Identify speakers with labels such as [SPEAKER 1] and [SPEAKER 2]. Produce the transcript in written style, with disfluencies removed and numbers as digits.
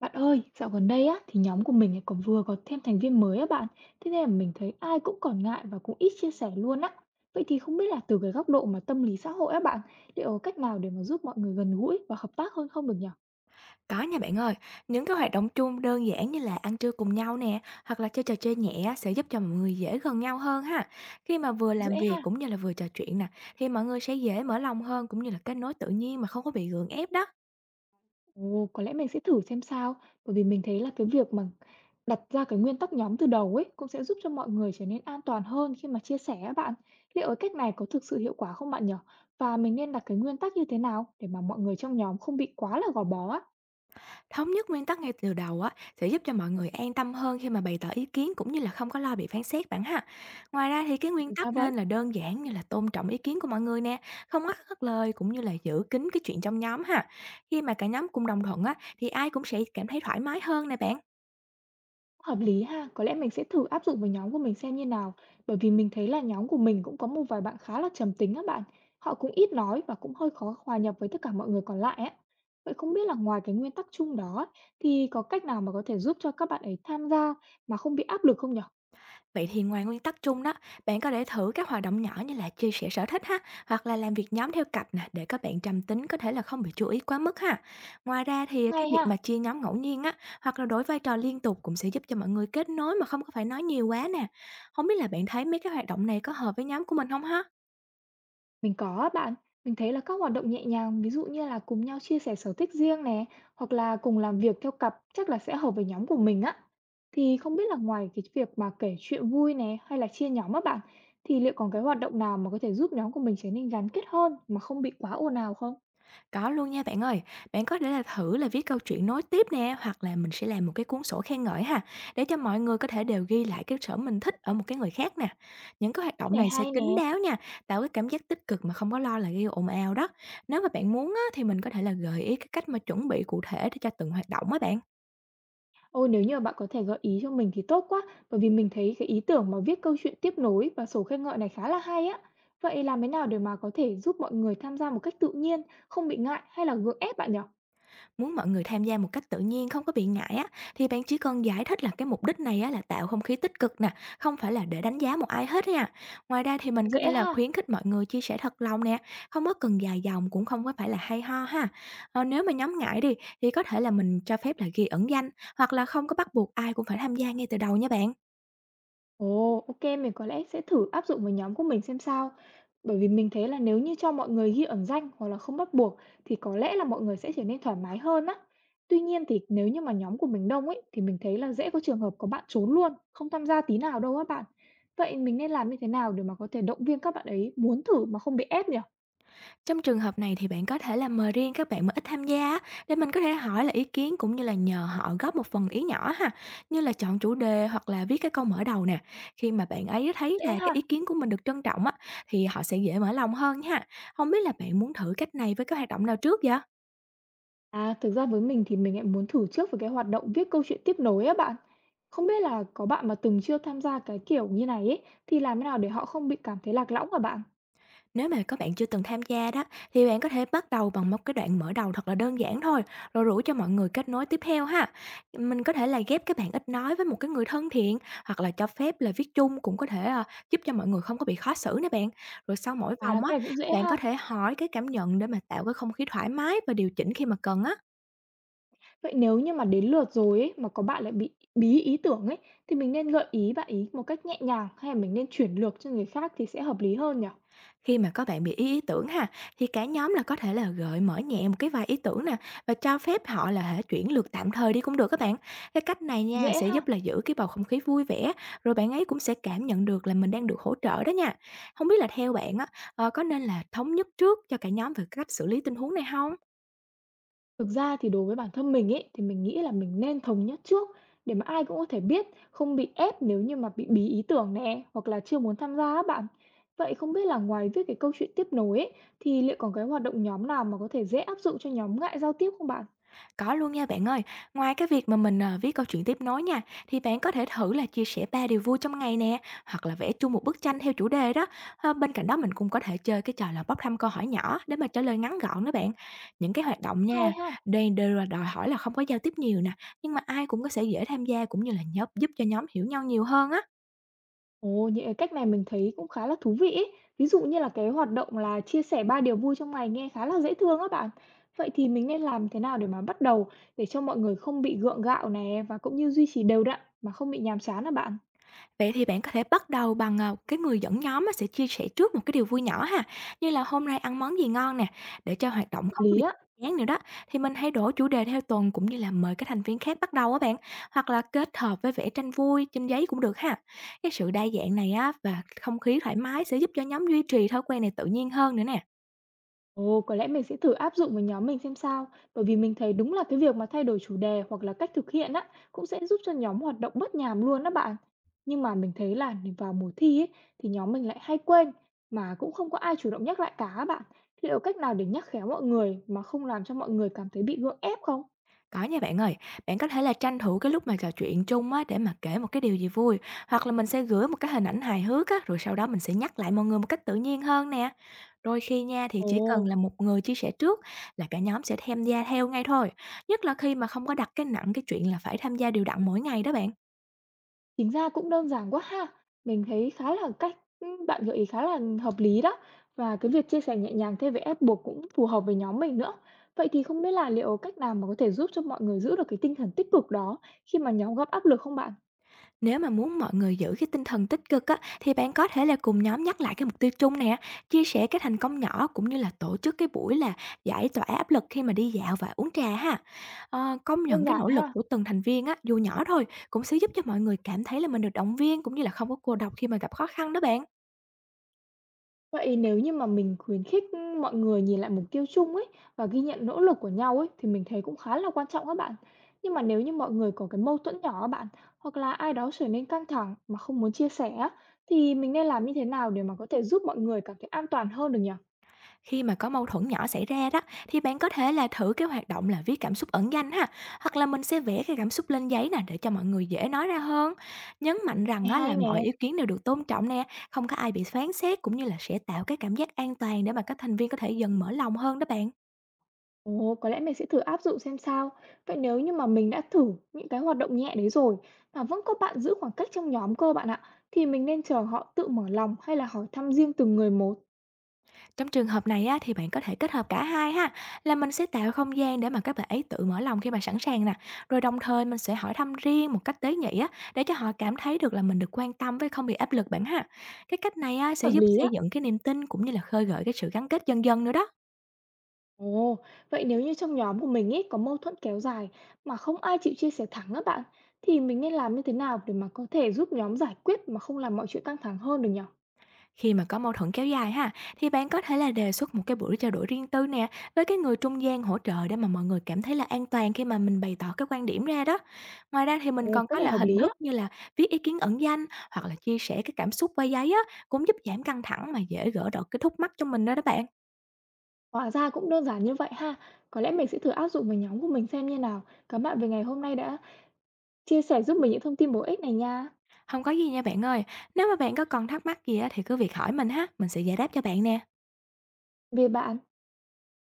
[SPEAKER 1] Bạn ơi, dạo gần đây á thì nhóm của mình lại còn vừa có thêm thành viên mới á bạn. Thế nên là mình thấy ai cũng còn ngại và cũng ít chia sẻ luôn á. Vậy thì không biết là từ cái góc độ mà tâm lý xã hội á bạn, liệu có cách nào để mà giúp mọi người gần gũi và hợp tác hơn không được nhỉ?
[SPEAKER 2] Có nha bạn ơi, những cái hoạt động chung đơn giản như là ăn trưa cùng nhau nè, hoặc là chơi trò chơi nhẹ á, sẽ giúp cho mọi người dễ gần nhau hơn ha. Khi mà vừa làm
[SPEAKER 1] Dễ
[SPEAKER 2] việc
[SPEAKER 1] ha.
[SPEAKER 2] cũng như là vừa trò chuyện nè, thì mọi người sẽ dễ mở lòng hơn cũng như là kết nối tự nhiên mà không có bị gượng ép đó.
[SPEAKER 1] Ồ, có lẽ mình sẽ thử xem sao, bởi vì mình thấy là cái việc mà đặt ra cái nguyên tắc nhóm từ đầu ấy cũng sẽ giúp cho mọi người trở nên an toàn hơn khi mà chia sẻ á bạn. Liệu cái cách này có thực sự hiệu quả không bạn nhỉ? Và mình nên đặt cái nguyên tắc như thế nào để mà mọi người trong nhóm không bị quá là gò bó á?
[SPEAKER 2] Thống nhất nguyên tắc ngay từ đầu á sẽ giúp cho mọi người an tâm hơn khi mà bày tỏ ý kiến cũng như là không có lo bị phán xét bạn ha. Ngoài ra thì cái nguyên
[SPEAKER 1] Ra
[SPEAKER 2] tắc
[SPEAKER 1] vậy.
[SPEAKER 2] nên là đơn giản, như là tôn trọng ý kiến của mọi người nè, không ắt hất lời cũng như là giữ kín cái chuyện trong nhóm ha. Khi mà cả nhóm cùng đồng thuận á, thì ai cũng sẽ cảm thấy thoải mái hơn nè bạn.
[SPEAKER 1] Hợp lý ha, có lẽ mình sẽ thử áp dụng với nhóm của mình xem như nào, bởi vì mình thấy là nhóm của mình cũng có một vài bạn khá là trầm tính á bạn. Họ cũng ít nói và cũng hơi khó hòa nhập với tất cả mọi người còn lại á. Vậy không biết là ngoài cái nguyên tắc chung đó thì có cách nào mà có thể giúp cho các bạn ấy tham gia mà không bị áp lực không nhở?
[SPEAKER 2] Vậy thì ngoài nguyên tắc chung đó, bạn có thể thử các hoạt động nhỏ như là chia sẻ sở thích ha, hoặc là làm việc nhóm theo cặp nè, để các bạn trầm tính có thể là không bị chú ý quá mức ha. Ngoài ra thì cái
[SPEAKER 1] Ngay ha.
[SPEAKER 2] việc mà chia nhóm ngẫu nhiên á, hoặc là đổi vai trò liên tục, cũng sẽ giúp cho mọi người kết nối mà không có phải nói nhiều quá nè. Không biết là bạn thấy mấy cái hoạt động này có hợp với nhóm của mình không ha?
[SPEAKER 1] Mình có á bạn, mình thấy là các hoạt động nhẹ nhàng, ví dụ như là cùng nhau chia sẻ sở thích riêng nè, hoặc là cùng làm việc theo cặp chắc là sẽ hợp với nhóm của mình á. Thì không biết là ngoài cái việc mà kể chuyện vui nè hay là chia nhóm á bạn, thì liệu còn cái hoạt động nào mà có thể giúp nhóm của mình trở nên gắn kết hơn mà không bị quá ồn ào không?
[SPEAKER 2] Có luôn nha bạn ơi. Bạn có thể là thử là viết câu chuyện nối tiếp nè, hoặc là mình sẽ làm một cái cuốn sổ khen ngợi ha, để cho mọi người có thể đều ghi lại cái sở mình thích ở một cái người khác nè. Những cái hoạt
[SPEAKER 1] Cái
[SPEAKER 2] động
[SPEAKER 1] này
[SPEAKER 2] này sẽ
[SPEAKER 1] hay nè.
[SPEAKER 2] kín đáo nha, tạo cái cảm giác tích cực mà không có lo là gây ồn ào đó. Nếu mà bạn muốn á, thì mình có thể là gợi ý cái cách mà chuẩn bị cụ thể để cho từng hoạt động á bạn.
[SPEAKER 1] Ôi, nếu như mà bạn có thể gợi ý cho mình thì tốt quá, bởi vì mình thấy cái ý tưởng mà viết câu chuyện tiếp nối và sổ khen ngợi này khá là hay á. Vậy làm thế nào để mà có thể giúp mọi người tham gia một cách tự nhiên, không bị ngại hay là gượng ép bạn nhỉ?
[SPEAKER 2] Muốn mọi người tham gia một cách tự nhiên, không có bị ngại á, thì bạn chỉ cần giải thích là cái mục đích này á là tạo không khí tích cực nè, không phải là để đánh giá một ai hết nha. Ngoài ra thì mình có thể
[SPEAKER 1] Dễ
[SPEAKER 2] là
[SPEAKER 1] ha.
[SPEAKER 2] khuyến khích mọi người chia sẻ thật lòng nè, không có cần dài dòng cũng không có phải là hay ho ha. Ờ, nếu mà nhóm ngại đi thì có thể là mình cho phép là ghi ẩn danh, hoặc là không có bắt buộc ai cũng phải tham gia ngay từ đầu nha bạn.
[SPEAKER 1] Ồ, ô mình có lẽ sẽ thử áp dụng với nhóm của mình xem sao. Bởi vì mình thấy là nếu như cho mọi người ghi ẩn danh hoặc là không bắt buộc thì có lẽ là mọi người sẽ trở nên thoải mái hơn á. Tuy nhiên thì nếu như mà nhóm của mình đông ấy thì mình thấy là dễ có trường hợp có bạn trốn luôn, không tham gia tí nào đâu á bạn. Vậy mình nên làm như thế nào để mà có thể động viên các bạn ấy muốn thử mà không bị ép nhỉ?
[SPEAKER 2] Trong trường hợp này thì bạn có thể là mời riêng các bạn mà ít tham gia á, để mình có thể hỏi là ý kiến cũng như là nhờ họ góp một phần ý nhỏ ha, như là chọn chủ đề hoặc là viết cái câu mở đầu nè. Khi mà bạn ấy thấy
[SPEAKER 1] Dễ
[SPEAKER 2] là cái
[SPEAKER 1] ha?
[SPEAKER 2] ý kiến của mình được trân trọng á, thì họ sẽ dễ mở lòng hơn ha. Không biết là bạn muốn thử cách này với cái hoạt động nào trước vậy?
[SPEAKER 1] À, thực ra với mình thì mình lại muốn thử trước với cái hoạt động viết câu chuyện tiếp nối á bạn. Không biết là có bạn mà từng chưa tham gia cái kiểu như này ấy, thì làm thế nào để họ không bị cảm thấy lạc lõng hả bạn?
[SPEAKER 2] Nếu mà các bạn chưa từng tham gia đó, thì bạn có thể bắt đầu bằng một cái đoạn mở đầu thật là đơn giản thôi, rồi rủ cho mọi người kết nối tiếp theo ha. Mình có thể là ghép các bạn ít nói với một cái người thân thiện, hoặc là cho phép là viết chung cũng có thể, à, giúp cho mọi người không có bị khó xử nè bạn. Rồi sau mỗi
[SPEAKER 1] À,
[SPEAKER 2] vòng á,
[SPEAKER 1] cái này cũng dễ
[SPEAKER 2] bạn
[SPEAKER 1] ha.
[SPEAKER 2] có thể hỏi cái cảm nhận để mà tạo cái không khí thoải mái và điều chỉnh khi mà cần á.
[SPEAKER 1] Vậy nếu như mà đến lượt rồi ấy, mà có bạn lại bị bí ý tưởng ấy, thì mình nên gợi ý bạn ý một cách nhẹ nhàng hay là mình nên chuyển lược cho người khác thì sẽ hợp lý hơn nhỉ?
[SPEAKER 2] Khi mà có bạn bị ý ý tưởng ha, thì cả nhóm là có thể là gợi mở nhẹ một cái vài ý tưởng nè, và cho phép họ là hả chuyển lượt tạm thời đi cũng được các bạn. Cái cách này nha
[SPEAKER 1] Dễ
[SPEAKER 2] sẽ
[SPEAKER 1] ha.
[SPEAKER 2] giúp là giữ cái bầu không khí vui vẻ, rồi bạn ấy cũng sẽ cảm nhận được là mình đang được hỗ trợ đó nha. Không biết là theo bạn á, ờ, có nên là thống nhất trước cho cả nhóm về cách xử lý tình huống này không?
[SPEAKER 1] Thực ra thì đối với bản thân mình ấy, thì mình nghĩ là mình nên thống nhất trước để mà ai cũng có thể biết, không bị ép nếu như mà bị bí ý tưởng nè, hoặc là chưa muốn tham gia á bạn. Vậy không biết là ngoài viết cái câu chuyện tiếp nối ấy, thì liệu còn cái hoạt động nhóm nào mà có thể dễ áp dụng cho nhóm ngại giao tiếp không bạn?
[SPEAKER 2] Có luôn nha bạn ơi. Ngoài cái việc mà mình, ờ, viết câu chuyện tiếp nối nha, thì bạn có thể thử là chia sẻ 3 điều vui trong ngày nè, hoặc là vẽ chung một bức tranh theo chủ đề đó. Ờ, bên cạnh đó mình cũng có thể chơi cái trò là bốc thăm câu hỏi nhỏ để mà trả lời ngắn gọn đó bạn. Những cái hoạt động
[SPEAKER 1] Hay
[SPEAKER 2] nha,
[SPEAKER 1] ha.
[SPEAKER 2] đây đều là đòi hỏi là không có giao tiếp nhiều nè, nhưng mà ai cũng có sẽ dễ tham gia, cũng như là nhóm giúp cho nhóm hiểu nhau nhiều hơn á.
[SPEAKER 1] Ồ, những cái cách này mình thấy cũng khá là thú vị ấy. Ví dụ như là cái hoạt động là chia sẻ ba điều vui trong ngày nghe khá là dễ thương á bạn. Vậy thì mình nên làm thế nào để mà bắt đầu để cho mọi người không bị gượng gạo nè và cũng như duy trì đều đặn mà không bị nhàm chán hả bạn?
[SPEAKER 2] Vậy thì bạn có thể bắt đầu bằng, ờ, cái người dẫn nhóm á sẽ chia sẻ trước một cái điều vui nhỏ ha, như là "Hôm nay ăn món gì ngon nè?". Để cho hoạt động không có bị
[SPEAKER 1] Lý á.
[SPEAKER 2] chán nữa đó, thì mình hãy đổi chủ đề theo tuần cũng như là mời các thành viên khác bắt đầu á bạn, hoặc là kết hợp với vẽ tranh vui trên giấy cũng được ha. Cái sự đa dạng này á và không khí thoải mái sẽ giúp cho nhóm duy trì thói quen này tự nhiên hơn nữa nè.
[SPEAKER 1] Ồ, có lẽ mình sẽ thử áp dụng với nhóm mình xem sao, bởi vì mình thấy đúng là cái việc mà thay đổi chủ đề hoặc là cách thực hiện á cũng sẽ giúp cho nhóm hoạt động bớt nhàm luôn đó bạn. Nhưng mà mình thấy là vào mùa thi ấy, thì nhóm mình lại hay quên mà cũng không có ai chủ động nhắc lại cả á bạn. Liệu cách nào để nhắc khéo mọi người mà không làm cho mọi người cảm thấy bị gượng ép không?
[SPEAKER 2] Có nha bạn ơi, bạn có thể là tranh thủ cái lúc mà trò chuyện chung á để mà kể một cái điều gì vui, hoặc là mình sẽ gửi một cái hình ảnh hài hước á, rồi sau đó mình sẽ nhắc lại mọi người một cách tự nhiên hơn nè. Đôi khi nha thì
[SPEAKER 1] Ồ.
[SPEAKER 2] chỉ cần là một người chia sẻ trước là cả nhóm sẽ tham gia theo ngay thôi, nhất là khi mà không có đặt cái nặng cái chuyện là phải tham gia đều đặn mỗi ngày đó bạn.
[SPEAKER 1] Chính ra cũng đơn giản quá ha. Mình thấy khá là cách bạn gợi ý khá là hợp lý đó, và cái việc chia sẻ nhẹ nhàng thay vì ép buộc cũng phù hợp với nhóm mình nữa. Vậy thì không biết là liệu cách nào mà có thể giúp cho mọi người giữ được cái tinh thần tích cực đó khi mà nhóm gặp áp lực không bạn?
[SPEAKER 2] Nếu mà muốn mọi người giữ cái tinh thần tích cực á, thì bạn có thể là cùng nhóm nhắc lại cái mục tiêu chung nè, chia sẻ cái thành công nhỏ, cũng như là tổ chức cái buổi là giải tỏa áp lực khi mà đi dạo và uống trà ha. Ờ, công nhận
[SPEAKER 1] Đơn
[SPEAKER 2] cái
[SPEAKER 1] giản
[SPEAKER 2] nỗ lực
[SPEAKER 1] ha.
[SPEAKER 2] của từng thành viên á, dù nhỏ thôi, cũng sẽ giúp cho mọi người cảm thấy là mình được động viên, cũng như là không có cô độc khi mà gặp khó khăn đó bạn.
[SPEAKER 1] Vậy nếu như mà mình khuyến khích mọi người nhìn lại mục tiêu chung ấy và ghi nhận nỗ lực của nhau ấy thì mình thấy cũng khá là quan trọng các bạn. Nhưng mà nếu như mọi người có cái mâu thuẫn nhỏ các bạn hoặc là ai đó trở nên căng thẳng mà không muốn chia sẻ á, thì mình nên làm như thế nào để mà có thể giúp mọi người cảm thấy an toàn hơn được nhỉ?
[SPEAKER 2] Khi mà có mâu thuẫn nhỏ xảy ra đó, thì bạn có thể là thử cái hoạt động là viết cảm xúc ẩn danh ha, hoặc là mình sẽ vẽ cái cảm xúc lên giấy nè để cho mọi người dễ nói ra hơn. Nhấn mạnh rằng
[SPEAKER 1] Này
[SPEAKER 2] á,
[SPEAKER 1] hay
[SPEAKER 2] là
[SPEAKER 1] nè.
[SPEAKER 2] mọi ý kiến đều được tôn trọng nè, không có ai bị phán xét, cũng như là sẽ tạo cái cảm giác an toàn để mà các thành viên có thể dần mở lòng hơn đó bạn.
[SPEAKER 1] Ồ, có lẽ mình sẽ thử áp dụng xem sao. Vậy nếu như mà mình đã thử những cái hoạt động nhẹ đấy rồi mà vẫn có bạn giữ khoảng cách trong nhóm cơ bạn ạ, thì mình nên chờ họ tự mở lòng hay là hỏi thăm riêng từng người một?
[SPEAKER 2] Trong trường hợp này á, thì bạn có thể kết hợp cả hai ha, là mình sẽ tạo không gian để mà các bạn ấy tự mở lòng khi mà sẵn sàng nè, rồi đồng thời mình sẽ hỏi thăm riêng một cách tế nhị á, để cho họ cảm thấy được là mình được quan tâm với không bị áp lực bạn ha. Cái cách này á, sẽ
[SPEAKER 1] Hợp
[SPEAKER 2] giúp
[SPEAKER 1] lý
[SPEAKER 2] xây
[SPEAKER 1] á.
[SPEAKER 2] dựng cái niềm tin, cũng như là khơi gợi cái sự gắn kết dần dần nữa đó.
[SPEAKER 1] Ồ, vậy nếu như trong nhóm của mình ấy có mâu thuẫn kéo dài mà không ai chịu chia sẻ thẳng các bạn, thì mình nên làm như thế nào để mà có thể giúp nhóm giải quyết mà không làm mọi chuyện căng thẳng hơn được nhỉ?
[SPEAKER 2] Khi mà có mâu thuẫn kéo dài ha, thì bạn có thể là đề xuất một cái buổi trao đổi riêng tư nè, với cái người trung gian hỗ trợ, để mà mọi người cảm thấy là an toàn khi mà mình bày tỏ cái quan điểm ra đó. Ngoài ra thì mình
[SPEAKER 1] Ồ,
[SPEAKER 2] còn
[SPEAKER 1] cách
[SPEAKER 2] có
[SPEAKER 1] này
[SPEAKER 2] là
[SPEAKER 1] hợp
[SPEAKER 2] hình
[SPEAKER 1] lý
[SPEAKER 2] thức
[SPEAKER 1] á.
[SPEAKER 2] như là viết ý kiến ẩn danh, hoặc là chia sẻ cái cảm xúc qua giấy á, cũng giúp giảm căng thẳng mà dễ gỡ được cái thúc mắc cho mình đó đó bạn.
[SPEAKER 1] Hóa ra cũng đơn giản như vậy ha. Có lẽ mình sẽ thử áp dụng với nhóm của mình xem như nào. Cảm ơn bạn về ngày hôm nay đã chia sẻ giúp mình những thông tin bổ ích này nha.
[SPEAKER 2] Không có gì nha bạn ơi, nếu mà bạn có còn thắc mắc gì á thì cứ việc hỏi mình ha, mình sẽ giải đáp cho bạn nè.
[SPEAKER 1] Về bạn.